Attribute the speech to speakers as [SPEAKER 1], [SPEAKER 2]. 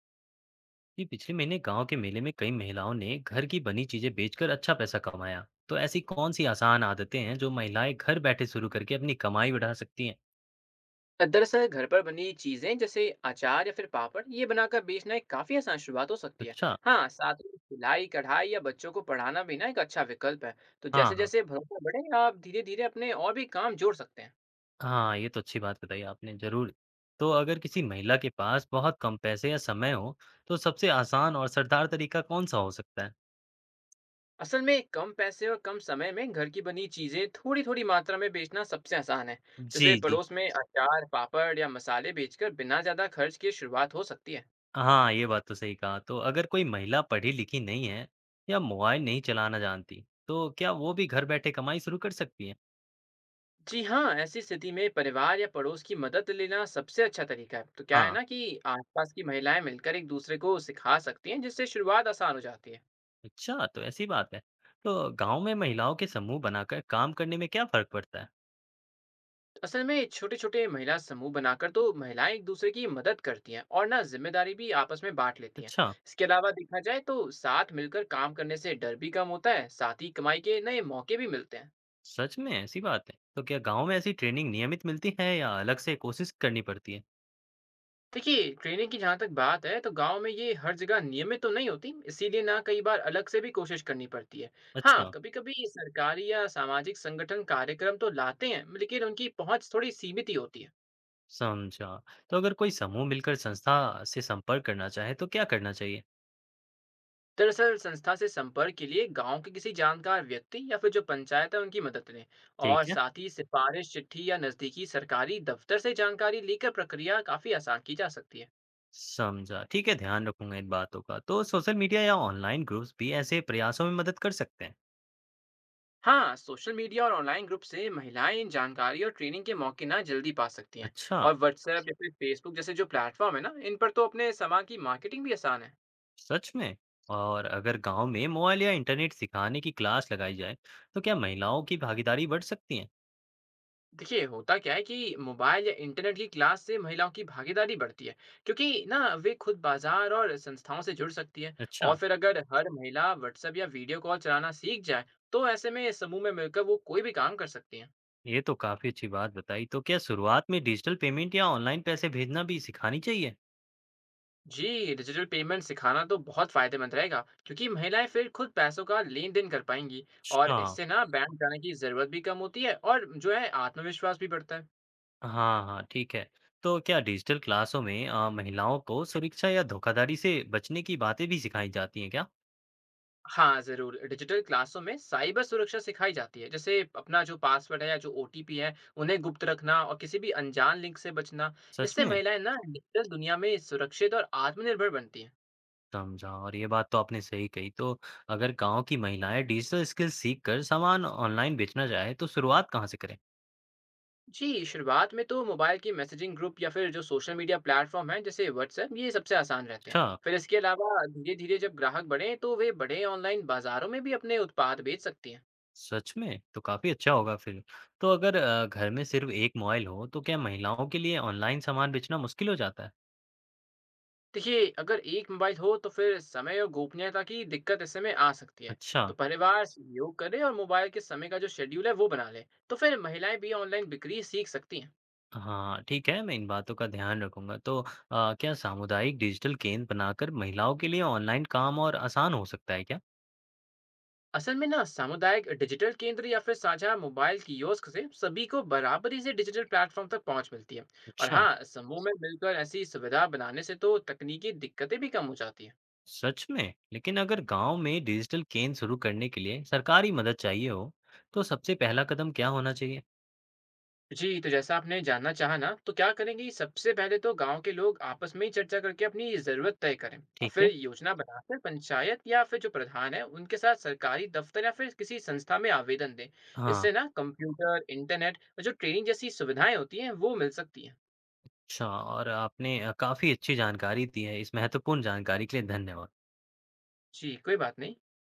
[SPEAKER 1] जी, पिछले महीने गांव के मेले में कई महिलाओं ने घर की बनी चीजें बेचकर अच्छा पैसा कमाया। तो ऐसी कौन सी आसान आदतें हैं जो महिलाएं घर बैठे शुरू करके अपनी कमाई बढ़ा सकती हैं?
[SPEAKER 2] तो दरअसल घर पर बनी चीजें जैसे अचार या फिर पापड़ ये बनाकर बेचना एक काफी आसान शुरुआत हो सकती है।
[SPEAKER 1] अच्छा।
[SPEAKER 2] हाँ, साथ में सिलाई कढ़ाई या बच्चों को पढ़ाना भी ना एक अच्छा विकल्प है। तो
[SPEAKER 1] हाँ,
[SPEAKER 2] जैसे
[SPEAKER 1] हाँ,
[SPEAKER 2] जैसे भरोसा बढ़े आप धीरे धीरे अपने और भी काम जोड़ सकते हैं।
[SPEAKER 1] हाँ, ये तो अच्छी बात बताई आपने, जरूर। तो अगर किसी महिला के पास बहुत कम पैसे या समय हो, तो सबसे आसान और असरदार तरीका कौन सा हो सकता है?
[SPEAKER 2] असल में कम पैसे और कम समय में घर की बनी चीजें थोड़ी थोड़ी मात्रा में बेचना सबसे आसान है।
[SPEAKER 1] जी,
[SPEAKER 2] जैसे
[SPEAKER 1] जी,
[SPEAKER 2] पड़ोस में अचार पापड़ या मसाले बेचकर बिना ज्यादा खर्च किए शुरुआत हो सकती है।
[SPEAKER 1] हाँ, ये बात तो सही कहा। तो अगर कोई महिला पढ़ी लिखी नहीं है या मोबाइल नहीं चलाना जानती, तो क्या वो भी घर बैठे कमाई शुरू कर सकती है?
[SPEAKER 2] जी हाँ, ऐसी स्थिति में परिवार या पड़ोस की मदद लेना सबसे अच्छा तरीका है। तो क्या है
[SPEAKER 1] हाँ।
[SPEAKER 2] ना कि आसपास की महिलाएं मिलकर एक दूसरे को सिखा सकती हैं, जिससे शुरुआत आसान हो जाती है।
[SPEAKER 1] अच्छा, तो ऐसी बात है। तो गाँव में महिलाओं के समूह बनाकर काम करने में क्या फ़र्क पड़ता है?
[SPEAKER 2] असल में छोटे-छोटे महिला समूह बनाकर तो महिलाएं एक दूसरे की मदद करती हैं और ना जिम्मेदारी भी आपस में बांट लेती हैं।
[SPEAKER 1] अच्छा।
[SPEAKER 2] इसके अलावा देखा जाए तो साथ मिलकर काम करने से डर भी कम होता है, साथ ही कमाई के नए मौके भी मिलते हैं।
[SPEAKER 1] सच में ऐसी बात है। तो क्या गाँव में ऐसी ट्रेनिंग नियमित मिलती है या अलग से कोशिश करनी पड़ती है?
[SPEAKER 2] देखिए, ट्रेनिंग की जहाँ तक बात है तो गांव में ये हर जगह नियमित तो नहीं होती, इसीलिए ना कई बार अलग से भी कोशिश करनी पड़ती है। हाँ,
[SPEAKER 1] अच्छा।
[SPEAKER 2] कभी कभी सरकारी या सामाजिक संगठन कार्यक्रम तो लाते हैं, लेकिन उनकी पहुंच थोड़ी सीमित ही होती है।
[SPEAKER 1] समझा। तो अगर कोई समूह मिलकर संस्था से संपर्क करना चाहे तो क्या करना चाहिए?
[SPEAKER 2] दरअसल संस्था से संपर्क के लिए गांव के किसी जानकार व्यक्ति या फिर जो पंचायत है उनकी मदद लें। और
[SPEAKER 1] ठीक है।
[SPEAKER 2] साथ ही सिफारिश चिट्ठी या नजदीकी सरकारी दफ्तर से जानकारी लेकर प्रक्रिया काफी आसान की जा सकती है।
[SPEAKER 1] समझा। ठीक है, ध्यान रखूंगा इन बातों का। तो सोशल मीडिया या ऑनलाइन ग्रुप्स भी ऐसे प्रयासों में मदद कर सकते हैं?
[SPEAKER 2] हाँ, सोशल मीडिया और ऑनलाइन ग्रुप से महिलाएं इन जानकारी और ट्रेनिंग के मौके ना जल्दी पा सकती हैं।
[SPEAKER 1] अच्छा।
[SPEAKER 2] और व्हाट्सएप या फिर फेसबुक जैसे जो प्लेटफॉर्म है ना, इन पर तो अपने सामान की मार्केटिंग भी आसान है।
[SPEAKER 1] सच में। और अगर गांव में मोबाइल या इंटरनेट सिखाने की क्लास लगाई जाए तो क्या महिलाओं की भागीदारी बढ़ सकती है?
[SPEAKER 2] देखिए, होता क्या है कि मोबाइल या इंटरनेट की क्लास से महिलाओं की भागीदारी बढ़ती है, क्योंकि ना वे खुद बाजार और संस्थाओं से जुड़ सकती है। और
[SPEAKER 1] अच्छा।
[SPEAKER 2] फिर अगर हर महिला व्हाट्सएप या वीडियो कॉल चलाना सीख जाए तो ऐसे में समूह में मिलकर वो कोई भी काम कर सकती है।
[SPEAKER 1] ये तो काफी अच्छी बात बताई। तो क्या शुरुआत में डिजिटल पेमेंट या ऑनलाइन पैसे भेजना भी सिखानी चाहिए?
[SPEAKER 2] जी, डिजिटल पेमेंट सिखाना तो बहुत फ़ायदेमंद रहेगा, क्योंकि महिलाएं फिर खुद पैसों का लेन-देन कर पाएँगी। और
[SPEAKER 1] अच्छा।
[SPEAKER 2] इससे ना बैंक जाने की ज़रूरत भी कम होती है और जो है आत्मविश्वास भी बढ़ता है।
[SPEAKER 1] हाँ हाँ ठीक है। तो क्या डिजिटल क्लासों में महिलाओं को सुरक्षा या धोखाधड़ी से बचने की बातें भी सिखाई जाती हैं क्या?
[SPEAKER 2] हाँ, ज़रूर। डिजिटल क्लासों में साइबर सुरक्षा सिखाई जाती है, जैसे अपना जो पासवर्ड है या जो OTP है, उन्हें गुप्त रखना और किसी भी अनजान लिंक से बचना।
[SPEAKER 1] सच
[SPEAKER 2] इससे
[SPEAKER 1] में।
[SPEAKER 2] महिलाएं ना डिजिटल दुनिया में सुरक्षित और आत्मनिर्भर बनती हैं।
[SPEAKER 1] समझा। और ये बात तो आपने सही कही। तो अगर गांव की महिलाएं डिजिटल स्किल सीख कर सामान ऑनलाइन बेचना चाहे तो शुरुआत कहाँ से करें?
[SPEAKER 2] जी, शुरुआत में तो मोबाइल की मैसेजिंग ग्रुप या फिर जो सोशल मीडिया प्लेटफॉर्म हैं जैसे व्हाट्सएप ये सबसे आसान रहते हैं।
[SPEAKER 1] अच्छा।
[SPEAKER 2] फिर इसके अलावा धीरे-धीरे जब ग्राहक बढ़ें तो वे बड़े ऑनलाइन बाज़ारों में भी अपने उत्पाद बेच सकती हैं।
[SPEAKER 1] सच में? तो काफ़ी अच्छा होगा फिर। तो अगर घर में सिर्फ 1 मोबाइल हो तो क्या महिलाओं के लिए ऑनलाइन सामान बेचना मुश्किल हो जाता है?
[SPEAKER 2] देखिए, अगर एक मोबाइल हो तो फिर समय और गोपनीयता की दिक्कत ऐसे में आ सकती है।
[SPEAKER 1] अच्छा।
[SPEAKER 2] तो परिवार सहयोग करे और मोबाइल के समय का जो शेड्यूल है वो बना ले। तो फिर महिलाएं भी ऑनलाइन बिक्री सीख सकती हैं।
[SPEAKER 1] हाँ, ठीक है, मैं इन बातों का ध्यान रखूँगा। तो क्या सामुदायिक डिजिटल केंद्र बनाकर महिलाओं के लिए ऑनलाइन काम और आसान हो सकता है क्या?
[SPEAKER 2] असल में ना सामुदायिक डिजिटल केंद्र या फिर साझा मोबाइल कियोस्क से सभी को बराबरी से डिजिटल प्लेटफॉर्म तक पहुंच मिलती है। और
[SPEAKER 1] अच्छा।
[SPEAKER 2] हाँ, समूह में मिलकर ऐसी सुविधा बनाने से तो तकनीकी दिक्कतें भी कम हो जाती हैं।
[SPEAKER 1] सच में? लेकिन अगर गाँव में डिजिटल केंद्र शुरू करने के लिए सरकारी मदद चाहिए हो, तो सबसे पहला कदम क्या होना चाहिए?
[SPEAKER 2] जी, तो जैसा आपने जानना चाहा ना, तो क्या करेंगे, सबसे पहले तो गांव के लोग आपस में ही चर्चा करके अपनी ज़रूरत तय करें और
[SPEAKER 1] ठीक
[SPEAKER 2] फिर
[SPEAKER 1] है।
[SPEAKER 2] योजना बनाकर पंचायत या फिर जो प्रधान है उनके साथ सरकारी दफ्तर या फिर किसी संस्था में आवेदन दें।
[SPEAKER 1] हाँ,
[SPEAKER 2] इससे ना कंप्यूटर इंटरनेट और जो ट्रेनिंग जैसी सुविधाएं होती हैं वो मिल सकती हैं।
[SPEAKER 1] अच्छा। और आपने काफ़ी अच्छी जानकारी दी है। इस महत्वपूर्ण जानकारी के लिए धन्यवाद।
[SPEAKER 2] जी, कोई बात नहीं।